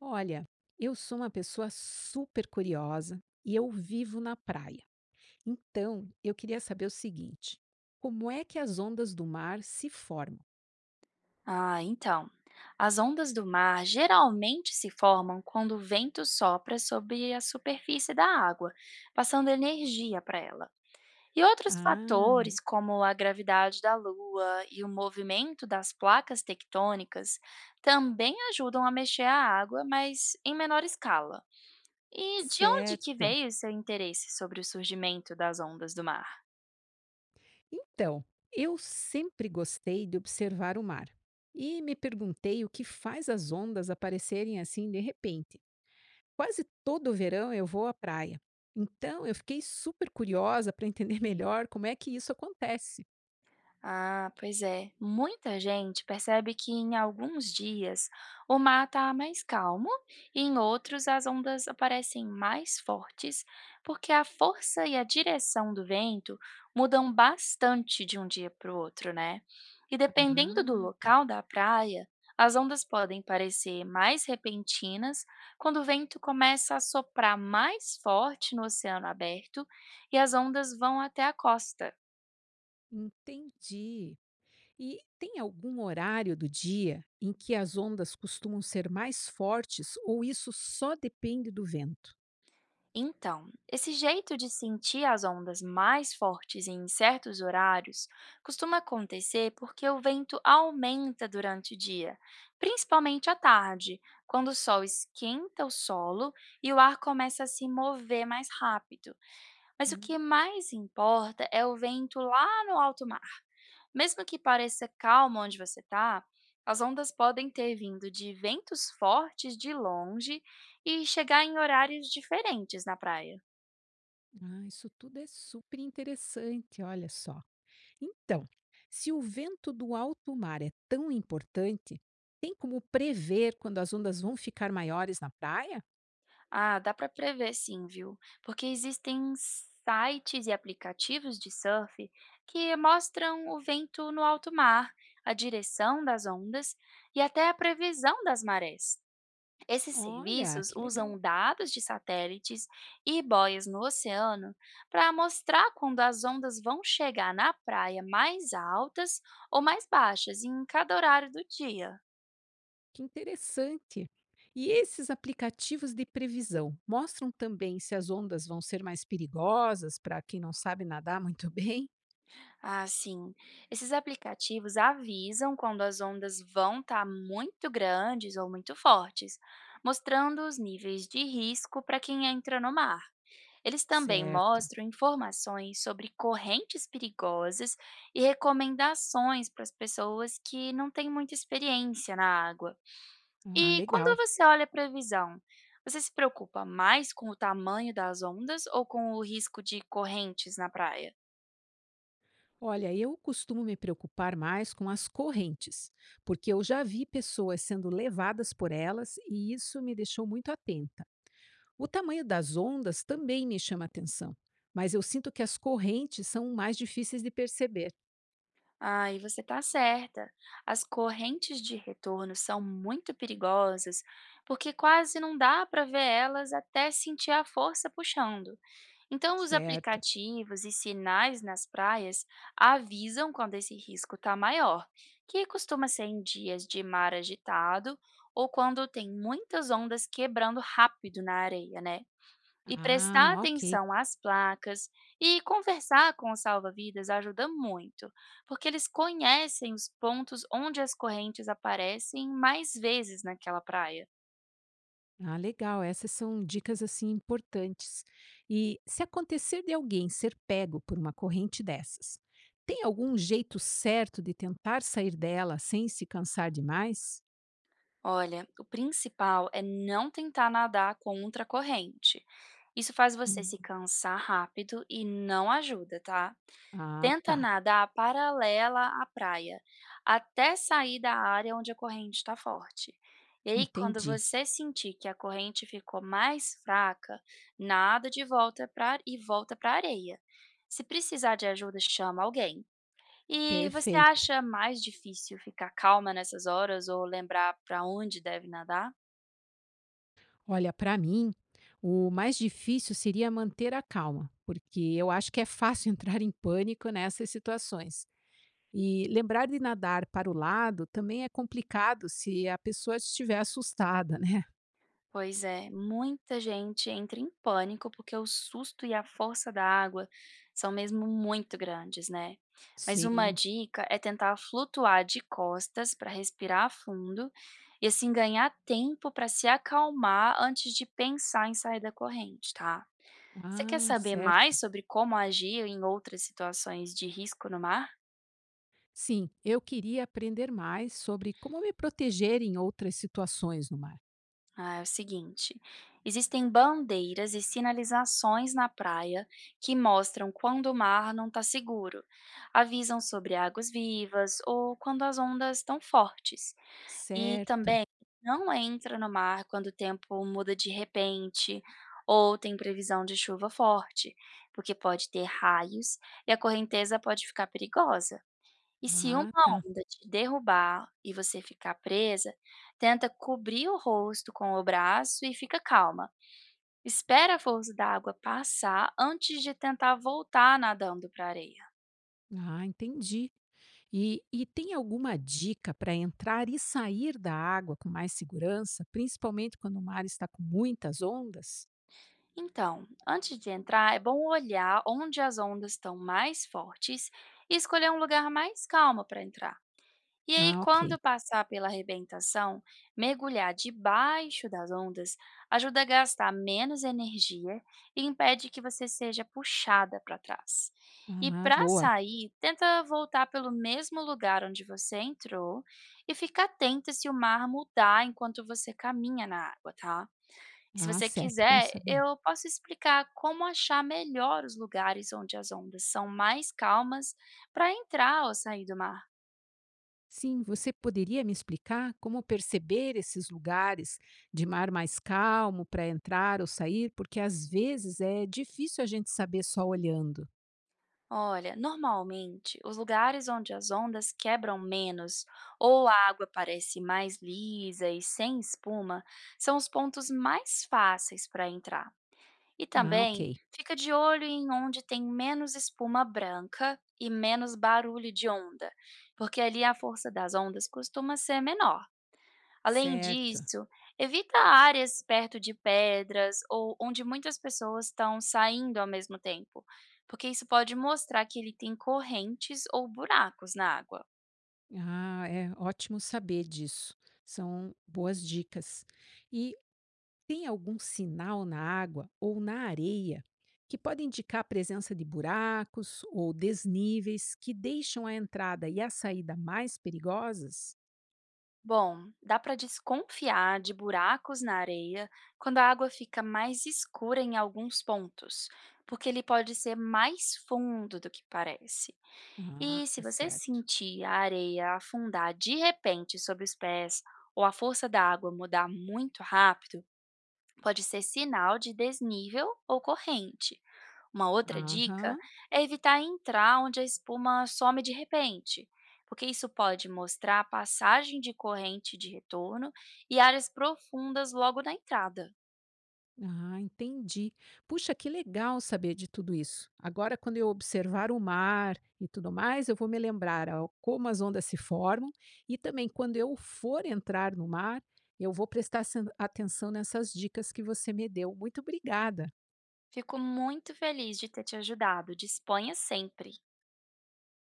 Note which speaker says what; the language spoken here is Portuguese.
Speaker 1: Olha, eu sou uma pessoa super curiosa e eu vivo na praia. Então, eu queria saber o seguinte: como é que as ondas do mar se formam?
Speaker 2: Ah, então. As ondas do mar geralmente se formam quando o vento sopra sobre a superfície da água, passando energia para ela. E outros
Speaker 1: Ah,
Speaker 2: fatores, como a gravidade da Lua e o movimento das placas tectônicas, também ajudam a mexer a água, mas em menor escala. E de onde que
Speaker 1: certo.
Speaker 2: veio seu interesse sobre o surgimento das ondas do mar?
Speaker 1: Então, eu sempre gostei de observar o mar e me perguntei o que faz as ondas aparecerem assim de repente. Quase todo verão eu vou à praia. Então, eu fiquei super curiosa para entender melhor como é que isso acontece.
Speaker 2: Ah, pois é. Muita gente percebe que em alguns dias o mar está mais calmo e em outros as ondas aparecem mais fortes, porque a força e a direção do vento mudam bastante de um dia para o outro, né? E dependendo do
Speaker 1: Ah,
Speaker 2: local da praia, as ondas podem parecer mais repentinas quando o vento começa a soprar mais forte no oceano aberto e as ondas vão até a costa.
Speaker 1: entendi. E tem algum horário do dia em que as ondas costumam ser mais fortes ou isso só depende do vento?
Speaker 2: Então, esse jeito de sentir as ondas mais fortes em certos horários costuma acontecer porque o vento aumenta durante o dia, principalmente à tarde, quando o sol esquenta o solo e o ar começa a se mover mais rápido. Mas o
Speaker 1: Hum,
Speaker 2: que mais importa é o vento lá no alto mar. Mesmo que pareça calmo onde você está, as ondas podem ter vindo de ventos fortes de longe e chegar em horários diferentes na praia.
Speaker 1: ah, isso tudo é super interessante, olha só. Então, se o vento do alto mar é tão importante, tem como prever quando as ondas vão ficar maiores na praia?
Speaker 2: Ah, dá para prever sim, viu? Porque existem sites e aplicativos de surf que mostram o vento no alto mar, a direção das ondas e até a previsão das marés. Esses
Speaker 1: Olha,
Speaker 2: serviços
Speaker 1: que legal,
Speaker 2: usam dados de satélites e boias no oceano para mostrar quando as ondas vão chegar na praia mais altas ou mais baixas em cada horário do dia.
Speaker 1: que interessante. E esses aplicativos de previsão mostram também se as ondas vão ser mais perigosas para quem não sabe nadar muito bem?
Speaker 2: Ah, sim. Esses aplicativos avisam quando as ondas vão estar muito grandes ou muito fortes, mostrando os níveis de risco para quem entra no mar. Eles também
Speaker 1: Certo.
Speaker 2: mostram informações sobre correntes perigosas e recomendações para as pessoas que não têm muita experiência na água.
Speaker 1: Ah,
Speaker 2: E quando
Speaker 1: legal.
Speaker 2: você olha a previsão, você se preocupa mais com o tamanho das ondas ou com o risco de correntes na praia?
Speaker 1: Olha, eu costumo me preocupar mais com as correntes, porque eu já vi pessoas sendo levadas por elas e isso me deixou muito atenta. O tamanho das ondas também me chama atenção, mas eu sinto que as correntes são mais difíceis de perceber.
Speaker 2: Ah, e você está certa. As correntes de retorno são muito perigosas, porque quase não dá para ver elas até sentir a força puxando. Então, os
Speaker 1: Certo.
Speaker 2: aplicativos e sinais nas praias avisam quando esse risco está maior, que costuma ser em dias de mar agitado ou quando tem muitas ondas quebrando rápido na areia, né? E prestar
Speaker 1: Ah, ok.
Speaker 2: atenção às placas e conversar com os salva-vidas ajuda muito, porque eles conhecem os pontos onde as correntes aparecem mais vezes naquela praia.
Speaker 1: Ah, legal. Essas são dicas assim importantes. E se acontecer de alguém ser pego por uma corrente dessas, tem algum jeito certo de tentar sair dela sem se cansar demais?
Speaker 2: Olha, o principal é não tentar nadar contra a corrente. Isso faz você
Speaker 1: Hum,
Speaker 2: se cansar rápido e não ajuda, tá?
Speaker 1: Ah,
Speaker 2: Tenta
Speaker 1: tá.
Speaker 2: nadar paralela à praia, até sair da área onde a corrente está forte. E aí, quando
Speaker 1: Entendi.
Speaker 2: você sentir que a corrente ficou mais fraca, nada de volta para e volta para a areia. Se precisar de ajuda, chama alguém. E você
Speaker 1: Perfeito.
Speaker 2: acha mais difícil ficar calma nessas horas ou lembrar para onde deve nadar?
Speaker 1: Olha, para mim, o mais difícil seria manter a calma, porque eu acho que é fácil entrar em pânico nessas situações. E lembrar de nadar para o lado também é complicado se a pessoa estiver assustada, né?
Speaker 2: Pois é, muita gente entra em pânico porque o susto e a força da água são mesmo muito grandes, né? Mas uma
Speaker 1: Sim.
Speaker 2: dica é tentar flutuar de costas para respirar fundo e assim ganhar tempo para se acalmar antes de pensar em sair da corrente, tá? Você quer
Speaker 1: Ah,
Speaker 2: saber
Speaker 1: certo.
Speaker 2: mais sobre como agir em outras situações de risco no mar?
Speaker 1: Sim, eu queria aprender mais sobre como me proteger em outras situações no mar.
Speaker 2: Ah, é o seguinte: existem bandeiras e sinalizações na praia que mostram quando o mar não está seguro, avisam sobre águas vivas ou quando as ondas estão fortes. E
Speaker 1: Certo.
Speaker 2: também não entra no mar quando o tempo muda de repente ou tem previsão de chuva forte, porque pode ter raios e a correnteza pode ficar perigosa. E se uma
Speaker 1: Ah, tá.
Speaker 2: onda te derrubar e você ficar presa, tenta cobrir o rosto com o braço e fica calma. Espera a força da água passar antes de tentar voltar nadando para a areia.
Speaker 1: Ah, entendi. E tem alguma dica para entrar e sair da água com mais segurança, principalmente quando o mar está com muitas ondas?
Speaker 2: Então, antes de entrar, é bom olhar onde as ondas estão mais fortes e escolher um lugar mais calmo para entrar. E aí,
Speaker 1: Ah, ok.
Speaker 2: quando passar pela arrebentação, mergulhar debaixo das ondas ajuda a gastar menos energia e impede que você seja puxada para trás. E
Speaker 1: Ah,
Speaker 2: para
Speaker 1: boa.
Speaker 2: sair, tenta voltar pelo mesmo lugar onde você entrou e fica atenta se o mar mudar enquanto você caminha na água, tá? Se
Speaker 1: Ah,
Speaker 2: você
Speaker 1: certo, bom
Speaker 2: quiser,
Speaker 1: saber.
Speaker 2: eu posso explicar como achar melhor os lugares onde as ondas são mais calmas para entrar ou sair do mar.
Speaker 1: Sim, você poderia me explicar como perceber esses lugares de mar mais calmo para entrar ou sair? Porque às vezes é difícil a gente saber só olhando.
Speaker 2: Olha, normalmente, os lugares onde as ondas quebram menos ou a água parece mais lisa e sem espuma são os pontos mais fáceis para entrar. E
Speaker 1: Ah, ok.
Speaker 2: também fica de olho em onde tem menos espuma branca e menos barulho de onda, porque ali a força das ondas costuma ser menor. Além
Speaker 1: Certo.
Speaker 2: disso, evita áreas perto de pedras ou onde muitas pessoas estão saindo ao mesmo tempo, porque isso pode mostrar que ele tem correntes ou buracos na água.
Speaker 1: Ah, é ótimo saber disso. São boas dicas. E tem algum sinal na água ou na areia que pode indicar a presença de buracos ou desníveis que deixam a entrada e a saída mais perigosas?
Speaker 2: Bom, dá para desconfiar de buracos na areia quando a água fica mais escura em alguns pontos, porque ele pode ser mais fundo do que parece.
Speaker 1: Ah,
Speaker 2: E se você
Speaker 1: certo.
Speaker 2: sentir a areia afundar de repente sob os pés ou a força da água mudar muito rápido, pode ser sinal de desnível ou corrente. Uma outra dica
Speaker 1: Aham.
Speaker 2: é evitar entrar onde a espuma some de repente, porque isso pode mostrar a passagem de corrente de retorno e áreas profundas logo na entrada.
Speaker 1: Ah, entendi. Puxa, que legal saber de tudo isso. Agora, quando eu observar o mar e tudo mais, eu vou me lembrar ó, como as ondas se formam e também quando eu for entrar no mar, eu vou prestar atenção nessas dicas que você me deu. Muito obrigada.
Speaker 2: Fico muito feliz de ter te ajudado. Disponha sempre.